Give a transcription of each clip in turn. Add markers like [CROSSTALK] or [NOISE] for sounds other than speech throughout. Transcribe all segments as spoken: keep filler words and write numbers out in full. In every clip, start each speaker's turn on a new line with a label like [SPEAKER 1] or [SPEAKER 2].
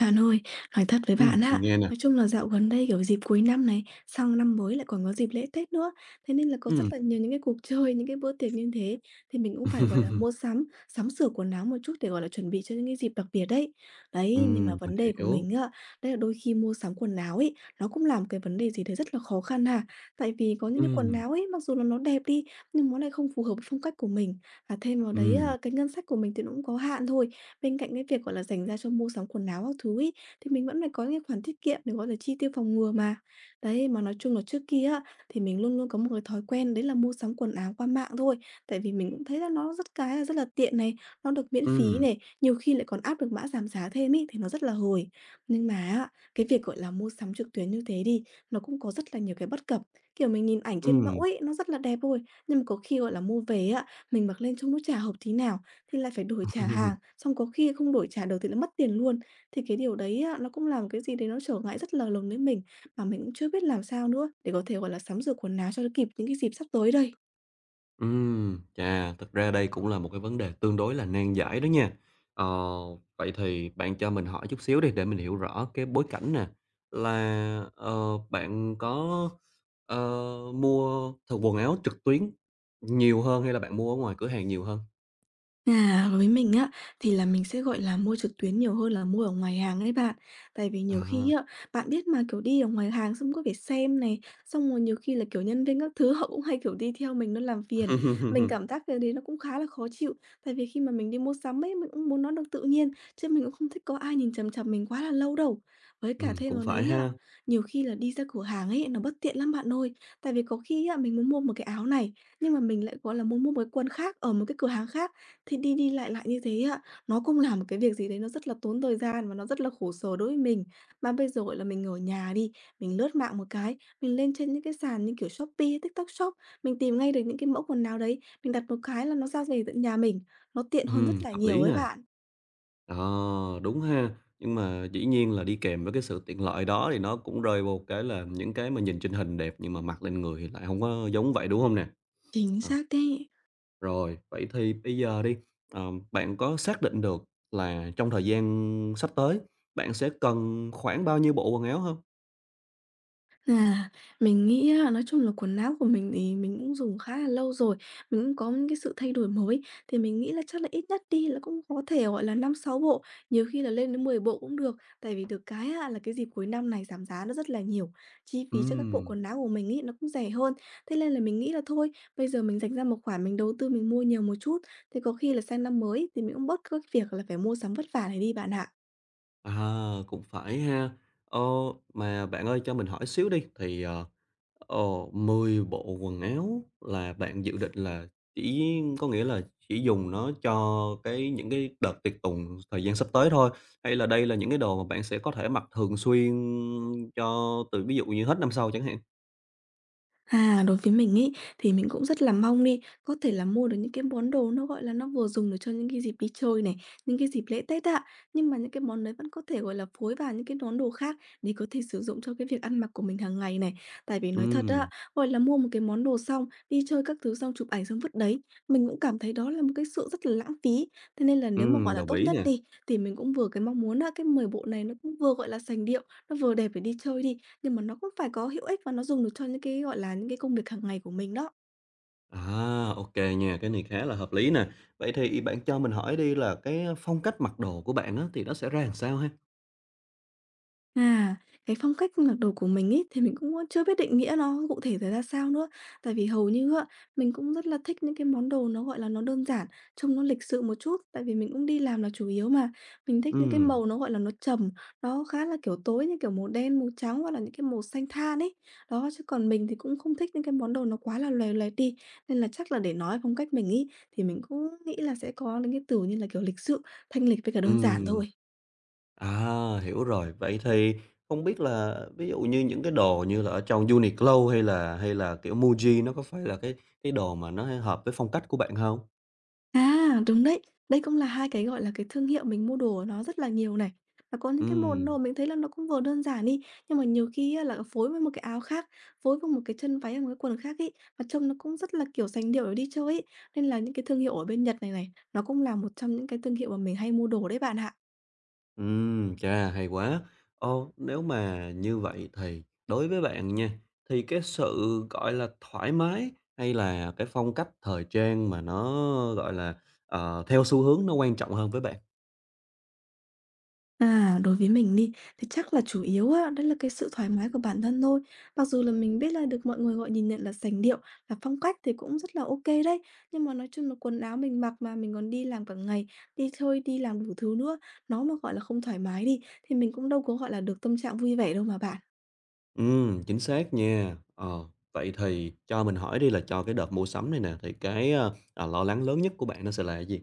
[SPEAKER 1] Bạn ơi, nói thật với
[SPEAKER 2] Ừm,
[SPEAKER 1] bạn
[SPEAKER 2] mình
[SPEAKER 1] á,
[SPEAKER 2] nghe nè.
[SPEAKER 1] nói chung là dạo gần đây, kiểu, dịp cuối năm này, sang năm mới lại còn có dịp lễ Tết nữa, thế nên là có
[SPEAKER 2] Ừm.
[SPEAKER 1] rất là nhiều những cái cuộc [LAUGHS] chơi, những cái bữa tiệc như thế, thì mình cũng phải, gọi là, mua
[SPEAKER 2] [LAUGHS]
[SPEAKER 1] sắm, sắm sửa quần áo một chút để, gọi là, chuẩn bị cho những cái dịp đặc biệt đấy. Đấy, nhưng
[SPEAKER 2] Ừm,
[SPEAKER 1] mà
[SPEAKER 2] mình
[SPEAKER 1] vấn đề của
[SPEAKER 2] hiểu.
[SPEAKER 1] mình á, đấy là đôi khi mua sắm quần áo ấy, nó cũng làm cái vấn đề gì đấy rất là khó khăn ha. Tại vì có những cái quần
[SPEAKER 2] Ừm,
[SPEAKER 1] áo ấy, mặc dù là nó đẹp đi, nhưng nó lại không phù hợp với phong cách của mình, và thêm vào đấy,
[SPEAKER 2] ừm,
[SPEAKER 1] a, cái ngân sách của mình thì nó cũng có hạn thôi. Bên cạnh cái việc, gọi là, dành ra cho mua sắm quần áo các thứ ấy, thì mình vẫn phải có những cái khoản tiết kiệm để, gọi là, chi tiêu phòng ngừa mà. Đấy, mà nói chung là trước kia á, thì mình luôn luôn có một cái thói quen đấy là mua sắm quần áo qua mạng thôi, tại vì mình cũng thấy là nó rất cái là rất là tiện này, nó được miễn phí
[SPEAKER 2] ừm,
[SPEAKER 1] này, nhiều khi lại còn áp được mã giảm giá thêm ý thì nó rất là hời. Nhưng mà á, cái việc, gọi là, mua sắm trực tuyến như thế đi, nó cũng có rất là nhiều cái bất cập. Kiểu, mình nhìn ảnh trên mẫu
[SPEAKER 2] ừm.
[SPEAKER 1] ấy, nó rất là đẹp thôi, nhưng mà có khi, gọi là, mua về á, mình mặc lên trông nó chả hợp tí nào thì lại phải đổi trả hàng,
[SPEAKER 2] [LAUGHS]
[SPEAKER 1] xong có khi không đổi trả được thì lại mất tiền luôn. Thì cái điều đấy á, nó cũng làm cái gì đấy nó trở ngại rất là lớn đến mình, mà mình cũng chưa biết làm sao nữa để có thể, gọi là, sắm sửa quần áo cho nó kịp những cái dịp sắp tới đây.
[SPEAKER 2] Ừm, chà, thực ra đây cũng là một cái vấn đề tương đối là nan giải đó nha. Ờ, vậy thì bạn cho mình hỏi chút xíu đi để mình hiểu rõ cái bối cảnh nè, là, ờ, bạn có, ờ, mua th quần áo trực tuyến nhiều hơn hay là bạn mua ở ngoài cửa hàng nhiều hơn?
[SPEAKER 1] À, với mình á, thì là mình sẽ, gọi là, mua trực tuyến nhiều hơn là mua ở ngoài hàng ấy bạn. Tại vì nhiều
[SPEAKER 2] À.
[SPEAKER 1] khi á, bạn biết mà, kiểu, đi ở ngoài hàng xong cứ phải xem này, xong rồi nhiều khi là, kiểu, nhân viên các thứ [LAUGHS] họ cũng hay, kiểu, đi theo mình nó làm phiền. Mình
[SPEAKER 2] [LAUGHS]
[SPEAKER 1] cảm giác cái đấy nó cũng khá là khó chịu, tại vì khi mà mình đi mua sắm ấy, mình cũng muốn nó được tự nhiên, chứ mình cũng không thích có ai nhìn chằm chằm mình quá là lâu đâu. Với
[SPEAKER 2] Ừm,
[SPEAKER 1] cả thêm
[SPEAKER 2] cũng
[SPEAKER 1] vào
[SPEAKER 2] phải
[SPEAKER 1] đấy á,
[SPEAKER 2] ha.
[SPEAKER 1] nhiều khi là đi ra cửa hàng ấy, nó bất tiện lắm bạn ơi. Tại vì có khi á, mình muốn mua một cái áo này, nhưng mà mình lại, gọi là, muốn mua một cái quần khác ở một cái cửa hàng khác. Thì đi đi lại lại như thế á, nó cũng là một cái việc gì đấy nó rất là tốn thời gian và nó rất là khổ sở đối với mình. Mà bây giờ, gọi là, mình ở nhà đi, mình lướt mạng một cái, mình lên trên những cái sàn như kiểu Shopee, TikTok Shop, mình tìm ngay được những cái mẫu quần áo đấy, mình đặt một cái là nó ra về tận nhà mình, nó tiện hơn
[SPEAKER 2] Ừm,
[SPEAKER 1] rất là
[SPEAKER 2] hợp
[SPEAKER 1] nhiều
[SPEAKER 2] lý
[SPEAKER 1] ấy
[SPEAKER 2] nè.
[SPEAKER 1] bạn.
[SPEAKER 2] Ờ, đúng ha. Nhưng mà dĩ nhiên là đi kèm với cái sự tiện lợi đó thì nó cũng rơi vô cái là những cái mà nhìn trên hình đẹp nhưng mà mặc lên người thì lại không có giống vậy, đúng không nè?
[SPEAKER 1] Chính
[SPEAKER 2] Ờ,
[SPEAKER 1] xác đấy.
[SPEAKER 2] rồi, vậy thì bây giờ đi, ờ, bạn có xác định được là trong thời gian sắp tới, bạn sẽ cần khoảng bao nhiêu bộ quần áo không?
[SPEAKER 1] À, mình nghĩ á, nói chung là quần áo của mình thì mình cũng dùng khá là lâu rồi, mình cũng có những cái sự thay đổi mới, thì mình nghĩ là chắc là ít nhất đi là cũng có thể, gọi là, năm sáu bộ, nhiều khi là lên đến mười bộ cũng được. Tại vì được cái á, là cái dịp cuối năm này giảm giá nó rất là nhiều, chi phí cho các bộ
[SPEAKER 2] Ừm.
[SPEAKER 1] quần áo của mình ấy nó cũng rẻ hơn. Thế nên là mình nghĩ là thôi, bây giờ mình dành ra một khoản mình đầu tư mình mua nhiều một chút, thì có khi là sang năm mới thì mình cũng bớt các việc là phải mua sắm vất vả này đi bạn ạ.
[SPEAKER 2] À, cũng phải ha. Ờ, mà bạn ơi cho mình hỏi xíu đi, thì, ờ, ờ, mười bộ quần áo là bạn dự định là chỉ có nghĩa là chỉ dùng nó cho cái những cái đợt tiệc tùng thời gian sắp tới thôi? Hay là đây là những cái đồ mà bạn sẽ có thể mặc thường xuyên cho từ ví dụ như hết năm sau chẳng hạn?
[SPEAKER 1] À, đối với mình ý thì mình cũng rất là mong đi, có thể là mua được những cái món đồ nó, gọi là, nó vừa dùng được cho những cái dịp đi chơi này, những cái dịp lễ Tết ạ. Nhưng mà những cái món đấy vẫn có thể, gọi là, phối vào những cái món đồ khác để có thể sử dụng cho cái việc ăn mặc của mình hàng ngày này. Tại vì nói thật
[SPEAKER 2] Ừm,
[SPEAKER 1] á, gọi là, mua một cái món đồ xong, đi chơi các thứ xong chụp ảnh xong vứt đấy, mình cũng cảm thấy đó là một cái sự rất là lãng phí. Thế nên là nếu mà,
[SPEAKER 2] ừm,
[SPEAKER 1] gọi là,
[SPEAKER 2] đồng
[SPEAKER 1] tốt
[SPEAKER 2] ý
[SPEAKER 1] nhất
[SPEAKER 2] nè.
[SPEAKER 1] đi, thì mình cũng vừa cái mong muốn á, cái mười bộ này nó cũng vừa, gọi là, sành điệu, nó vừa đẹp để đi chơi đi, nhưng mà nó cũng phải có hữu ích và nó dùng được cho những cái, gọi là, những cái công việc hàng ngày của mình đó.
[SPEAKER 2] À, ok nha, cái này khá là hợp lý nè. Vậy thì bạn cho mình hỏi đi là cái phong cách mặc đồ của bạn á, thì nó sẽ ra làm sao ha?
[SPEAKER 1] À, cái phong cách mặc đồ của mình ấy, thì mình cũng, chưa biết định nghĩa nó cụ thể là ra sao nữa. Tại vì hầu như á, mình cũng rất là thích những cái món đồ nó, gọi là, nó đơn giản, trông nó lịch sự một chút, tại vì mình cũng đi làm là chủ yếu mà. Mình thích những cái
[SPEAKER 2] Ừ.
[SPEAKER 1] màu nó, gọi là, nó trầm, nó khá là, kiểu, tối như kiểu màu đen, màu trắng hoặc là những cái màu xanh than ấy. Đó, chứ còn mình thì cũng không thích những cái món đồ nó quá là lòe loẹt đi, nên là chắc là để nói phong cách mình ấy, thì mình cũng nghĩ là sẽ có những cái từ như là, kiểu, lịch sự, thanh lịch với cả đơn giản
[SPEAKER 2] Ừm,
[SPEAKER 1] thôi.
[SPEAKER 2] à, hiểu rồi. Vậy thì không biết là ví dụ như những cái đồ như là ở trong Uniqlo hay là hay là, kiểu, Muji nó có phải là cái cái đồ mà nó hợp với phong cách của bạn không?
[SPEAKER 1] À, đúng đấy. Đây cũng là hai cái, gọi là, cái thương hiệu mình mua đồ ở nó rất là nhiều này. Và có những cái bộ
[SPEAKER 2] Ừm,
[SPEAKER 1] đồ mình thấy là nó cũng vừa đơn giản đi, nhưng mà nhiều khi á là phối với một cái áo khác, phối với một cái chân váy hay một cái quần khác ấy, mà trông nó cũng rất là, kiểu, sành điệu để đi chơi ấy. Nên là những cái thương hiệu ở bên Nhật này này, nó cũng là một trong những cái thương hiệu mà mình hay mua đồ đấy bạn ạ.
[SPEAKER 2] ừm, chà, hay quá. Ô, nếu mà như vậy thì đối với bạn nha, thì cái sự, gọi là, thoải mái hay là cái phong cách thời trang mà nó, gọi là, ờ, theo xu hướng nó quan trọng hơn với bạn?
[SPEAKER 1] À, đối với mình đi, thì chắc là chủ yếu á, đó là cái sự thoải mái của bản thân thôi. Mặc dù là mình biết là được mọi người gọi nhìn nhận là sành điệu, là phong cách thì cũng rất là OK đấy. Nhưng mà nói chung là quần áo mình mặc mà mình còn đi làm cả ngày, đi thôi đi làm đủ thứ nữa, nó mà gọi là không thoải mái đi, thì mình cũng đâu có gọi là được tâm trạng vui vẻ đâu mà bạn.
[SPEAKER 2] Ừm, chính xác nha. Ờ, vậy thì cho mình hỏi đi là cho cái đợt mua sắm này nè, thì cái, a, à, lo lắng lớn nhất của bạn nó sẽ là cái gì?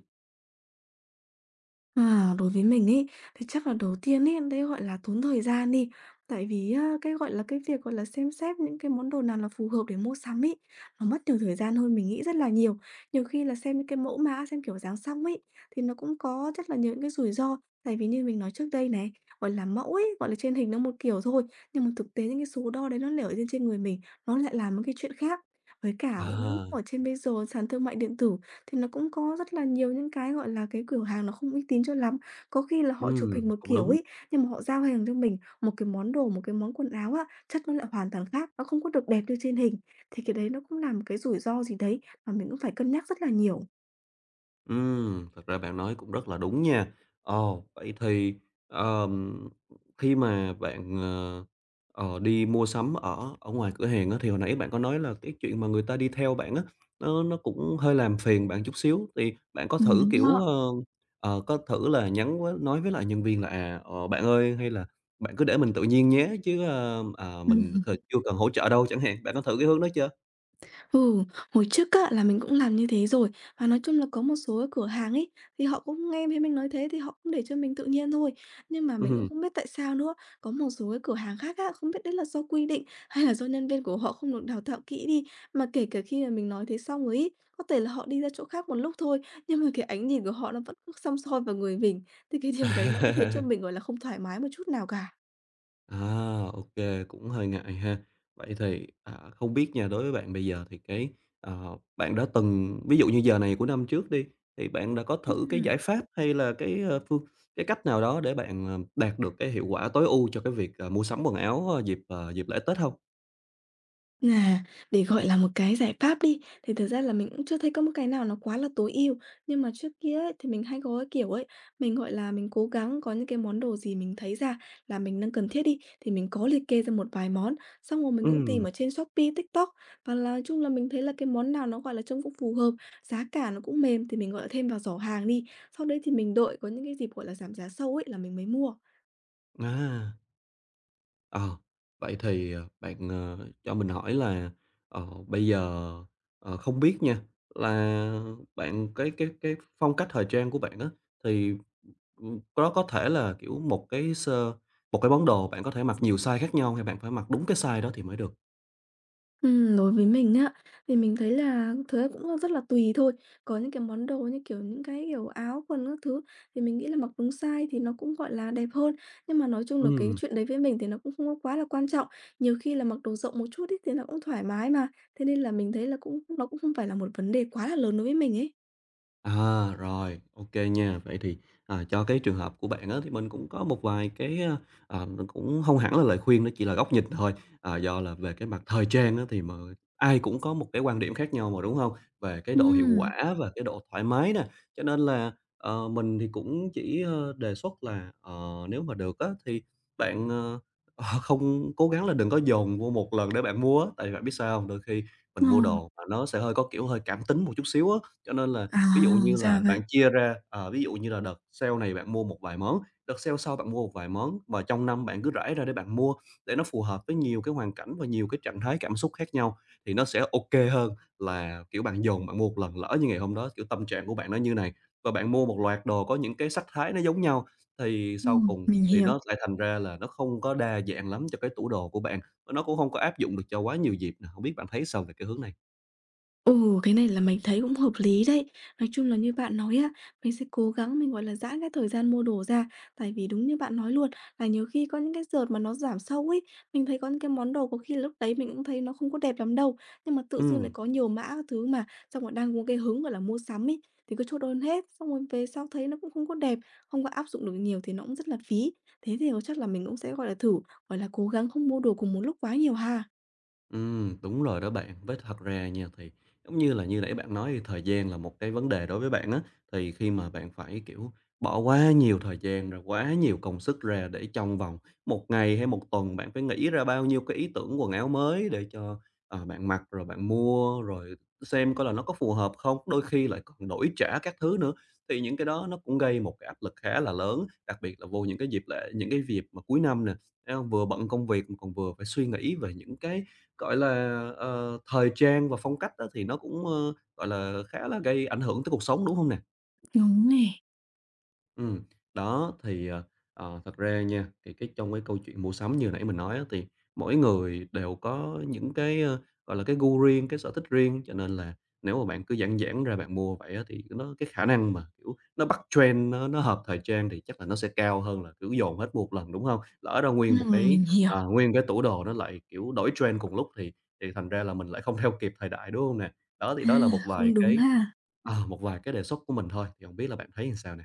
[SPEAKER 1] À, đối với mình ấy, thì chắc là đầu tiên ấy, đấy, gọi là, tốn thời gian đi. Tại vì á, cái, gọi là, cái việc, gọi là, xem xét những cái món đồ nào là phù hợp để mua sắm ấy, nó mất nhiều thời gian hơn mình nghĩ rất là nhiều. Nhiều khi là xem những cái mẫu mã, xem kiểu dáng xong ấy, thì nó cũng có rất là những cái rủi ro. Tại vì như mình nói trước đây này, gọi là, mẫu ấy, gọi là, trên hình nó một kiểu thôi, nhưng mà thực tế những cái số đo đấy nó để lên trên trên người mình, nó lại là một cái chuyện khác. Với cả cũng
[SPEAKER 2] À,
[SPEAKER 1] ở trên bây giờ sàn thương mại điện tử thì nó cũng có rất là nhiều những cái, gọi là, cái cửa hàng nó không uy tín cho lắm. Có khi là họ chụp hình
[SPEAKER 2] ừm,
[SPEAKER 1] một
[SPEAKER 2] cũng
[SPEAKER 1] kiểu
[SPEAKER 2] đúng.
[SPEAKER 1] ấy, nhưng mà họ giao hàng cho mình một cái món đồ, một cái món quần áo á, chất nó lại hoàn toàn khác, nó không có được đẹp như trên hình. Thì cái đấy nó cũng là một cái rủi ro gì đấy mà mình cũng phải cân nhắc rất là nhiều.
[SPEAKER 2] Ừm, thật ra bạn nói cũng rất là đúng nha. Ồ, vậy thì, ờm, khi mà bạn, ờ, ờ, đi mua sắm ở ở ngoài cửa hàng á, thì hồi nãy bạn có nói là cái chuyện mà người ta đi theo bạn á, nó nó cũng hơi làm phiền bạn chút xíu, thì bạn có
[SPEAKER 1] Ừm,
[SPEAKER 2] thử,
[SPEAKER 1] đúng
[SPEAKER 2] kiểu,
[SPEAKER 1] đó.
[SPEAKER 2] ờ, ờ, có thử là nhắn với nói với lại nhân viên là, à, ờ, "Bạn ơi" hay là "Bạn cứ để mình tự nhiên nhé, chứ, ơ, à, mình
[SPEAKER 1] Ừm.
[SPEAKER 2] chưa cần hỗ trợ đâu" chẳng hạn, bạn có thử cái hướng đó chưa?
[SPEAKER 1] Ừ, hồi trước á, là mình cũng làm như thế rồi. Và nói chung là có một số cái cửa hàng ấy, thì họ cũng nghe thấy mình nói thế thì họ cũng để cho mình tự nhiên thôi. Nhưng mà mình cũng
[SPEAKER 2] Ừm.
[SPEAKER 1] không biết tại sao nữa, có một số cái cửa hàng khác á, không biết đấy là do quy định hay là do nhân viên của họ không được đào tạo kỹ đi. Mà kể cả khi mà mình nói thế xong rồi ấy, có thể là họ đi ra chỗ khác một lúc thôi, nhưng mà cái ánh nhìn của họ nó vẫn cứ săm soi vào người mình. Thì cái điều đấy nó cũng khiến cho mình,
[SPEAKER 2] [LAUGHS]
[SPEAKER 1] gọi là, không thoải mái một chút nào cả.
[SPEAKER 2] À, ok, cũng hơi ngại ha. Vậy thì, à, không biết nha, đối với bạn bây giờ thì cái, ờ, bạn đã từng ví dụ như giờ này của năm trước đi, thì bạn đã có thử cái
[SPEAKER 1] Ừm.
[SPEAKER 2] giải pháp hay là cái, ơ, phương cái cách nào đó để bạn, ờ, đạt được cái hiệu quả tối ưu cho cái việc, ờ, mua sắm quần áo, ơ, dịp, ờ, dịp lễ Tết không?
[SPEAKER 1] À, để gọi là một cái giải pháp đi, thì thực ra là mình cũng chưa thấy có một cái nào nó quá là tối ưu. Nhưng mà trước kia ấy, thì mình hay có cái kiểu ấy, mình, gọi là, mình cố gắng có những cái món đồ gì mình thấy ra là mình đang cần thiết đi, thì mình có liệt kê ra một vài món, xong rồi mình cũng tìm
[SPEAKER 2] Ừm,
[SPEAKER 1] ở trên Shopee, TikTok, và là nói chung là mình thấy là cái món nào nó, gọi là, trông cũng phù hợp, giá cả nó cũng mềm thì mình, gọi là, thêm vào giỏ hàng đi. Sau đấy thì mình đợi có những cái dịp, gọi là, giảm giá sâu ấy là mình mới mua.
[SPEAKER 2] à, ờ, vậy thì, ờ, bạn, ờ, cho mình hỏi là, ờ, bây giờ, ờ, không biết nha, là bạn cái cái cái phong cách thời trang của bạn á, thì Ừm, đó có thể là, kiểu, một cái sơ một cái món đồ bạn có thể mặc nhiều size khác nhau hay bạn phải mặc đúng cái size đó thì mới được.
[SPEAKER 1] Ừm, đối với mình á, thì mình thấy là thứ ấy cũng rất là tùy thôi. Có những cái món đồ như, kiểu, những cái, kiểu, áo quần các thứ thì mình nghĩ là mặc đúng size thì nó cũng, gọi là, đẹp hơn. Nhưng mà nói chung là cái
[SPEAKER 2] Ừm.
[SPEAKER 1] chuyện đấy với mình thì nó cũng không có quá là quan trọng. Nhiều khi là mặc đồ rộng một chút ấy thì nó cũng thoải mái mà, thế nên là mình thấy là cũng nó cũng không phải là một vấn đề quá là lớn đối với mình ấy.
[SPEAKER 2] À, rồi, ok nha. Vậy thì, à, cho cái trường hợp của bạn á, thì mình cũng có một vài cái, a, ờ, mình cũng không hẳn là lời khuyên, nó chỉ là góc nhìn thôi. Ờ, do là về cái mặt thời trang á, thì mà ai cũng có một cái quan điểm khác nhau mà, đúng không? Về cái độ hiệu
[SPEAKER 1] Ừm,
[SPEAKER 2] quả và cái độ thoải mái nè. Cho nên là, ờ, mình thì cũng chỉ, ơ, đề xuất là, ờ, nếu mà được á, thì bạn, ờ, [LAUGHS] không, cố gắng là đừng có dồn vô một lần để bạn mua á. Tại vì bạn biết sao không? Đôi khi mình
[SPEAKER 1] ờ,
[SPEAKER 2] mua đồ mà nó sẽ hơi có kiểu hơi cảm tính một chút xíu á, cho nên là
[SPEAKER 1] à,
[SPEAKER 2] ví dụ như là
[SPEAKER 1] ra
[SPEAKER 2] bạn
[SPEAKER 1] vậy.
[SPEAKER 2] chia ra, ờ, ví dụ như là đợt sale này bạn mua một vài món, đợt sale sau bạn mua một vài món và trong năm bạn cứ rải ra để bạn mua để nó phù hợp với nhiều cái hoàn cảnh và nhiều cái trạng thái cảm xúc khác nhau thì nó sẽ ok hơn là, kiểu, bạn dồn bạn mua một lần. Lỡ như ngày hôm đó, kiểu, tâm trạng của bạn nó như này và bạn mua một loạt đồ có những cái sắc thái nó giống nhau thì sau
[SPEAKER 1] Ừm,
[SPEAKER 2] cùng
[SPEAKER 1] mình
[SPEAKER 2] thì
[SPEAKER 1] hiểu.
[SPEAKER 2] nó lại thành ra là nó không có đa dạng lắm cho cái tủ đồ của bạn, và nó cũng không có áp dụng được cho quá nhiều dịp nè. Hổng biết bạn thấy sao về cái hướng này?
[SPEAKER 1] Ừ, cái này là mình thấy cũng hợp lý đấy. Nói chung là như bạn nói á, mình sẽ cố gắng mình, gọi là, giãn cái thời gian mua đồ ra. Tại vì đúng như bạn nói luôn, là nhiều khi có những cái đợt mà nó giảm sâu ấy, mình thấy có những cái món đồ có khi lúc đấy mình cũng thấy nó không có đẹp lắm đâu, nhưng mà tự dưng lại
[SPEAKER 2] Ừm.
[SPEAKER 1] có nhiều mã các thứ mà, xong rồi đang có cái hứng, gọi là, mua sắm ấy, thì cứ chốt đơn hết, xong rồi về sau thấy nó cũng không có đẹp, không có áp dụng được nhiều thì nó cũng rất là phí. Thế thì chắc là mình cũng sẽ, gọi là, thử, gọi là, cố gắng không mua đồ cùng một lúc quá nhiều ha.
[SPEAKER 2] Ừm, đúng rồi đó bạn. Với thật ra nha, thì giống như là như nãy bạn nói thì thời gian là một cái vấn đề đối với bạn á, thì khi mà bạn phải, kiểu, bỏ quá nhiều thời gian rồi quá nhiều công sức ra để trong vòng một ngày hay một tuần bạn phải nghĩ ra bao nhiêu cái ý tưởng quần áo mới để cho, ờ, bạn mặc, rồi bạn mua, rồi xem coi là nó có phù hợp không, đôi khi lại còn đổi trả các thứ nữa, thì những cái đó nó cũng gây một cái áp lực khá là lớn, đặc biệt là vô những cái dịp lễ, những cái dịp mà cuối năm nè, thấy hông? Vừa bận công việc mà còn vừa phải suy nghĩ về những cái gọi là, ờ, thời trang và phong cách á, thì nó cũng, ơ, gọi là, khá là gây ảnh hưởng tới cuộc sống, đúng không nè?
[SPEAKER 1] Đúng nè.
[SPEAKER 2] Ừm, đó, thì, ờ, ờ, thật ra nha, thì cái trong cái câu chuyện mua sắm như nãy mình nói á, thì mỗi người đều có những cái, ơ, gọi là, cái gu riêng, cái sở thích riêng, cho nên là nếu mà bạn cứ giản giản ra bạn mua vậy á, thì nó cái khả năng mà, kiểu, nó bắt trend, nó nó hợp thời trang thì chắc là nó sẽ cao hơn là, kiểu, dồn hết mua một lần, đúng không? Lỡ ra nguyên một
[SPEAKER 1] Ừm,
[SPEAKER 2] cái
[SPEAKER 1] mình hiểu.
[SPEAKER 2] ờ, nguyên cái tủ đồ nó lại, kiểu, đổi trend cùng lúc thì thì thành ra là mình lại không theo kịp thời đại, đúng không nè? Đó, thì
[SPEAKER 1] À,
[SPEAKER 2] đó là một vài
[SPEAKER 1] cũng đúng
[SPEAKER 2] cái
[SPEAKER 1] ha.
[SPEAKER 2] ờ, một vài cái đề xuất của mình thôi, thì hổng biết là bạn thấy như sao nè?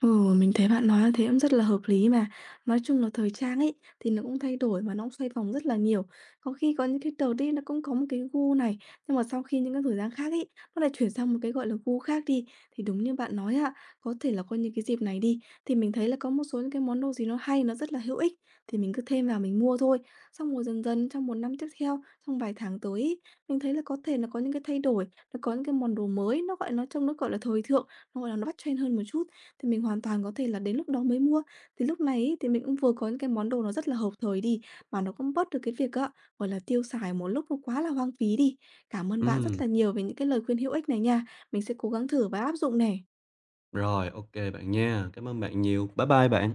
[SPEAKER 1] Ừ, mình thấy bạn nói như thế cũng rất là hợp lý mà. Nói chung là thời trang ấy thì nó cũng thay đổi và nó cũng xoay vòng rất là nhiều. Có khi có những cái đầu đi nó cũng có một cái gu này, nhưng mà sau khi những cái thời gian khác ấy nó lại chuyển sang một cái gọi là gu khác đi. Thì đúng như bạn nói ạ, có thể là có những cái dịp này đi thì mình thấy là có một số những cái món đồ gì nó hay, nó rất là hữu ích thì mình cứ thêm vào mình mua thôi. Xong rồi dần dần trong một năm tiếp theo, trong vài tháng tới ý, mình thấy là có thể là có những cái thay đổi, nó có những cái món đồ mới, nó gọi nó trông nó gọi là thời thượng, nó gọi là nó bắt trend hơn một chút thì mình hoàn toàn có thể là đến lúc đó mới mua. Thì lúc này ấy, thì mình cũng vừa có những cái món đồ nó rất là hợp thời đi, mà nó cũng bớt được cái việc á, gọi là, tiêu xài một lúc nó quá là hoang phí đi. Cảm ơn bạn rất
[SPEAKER 2] Ừ,
[SPEAKER 1] là nhiều về những cái lời khuyên hữu ích này nha. Mình sẽ cố gắng thử và áp dụng nè.
[SPEAKER 2] rồi, ok bạn nha. Cảm ơn bạn nhiều. Bye bye bạn.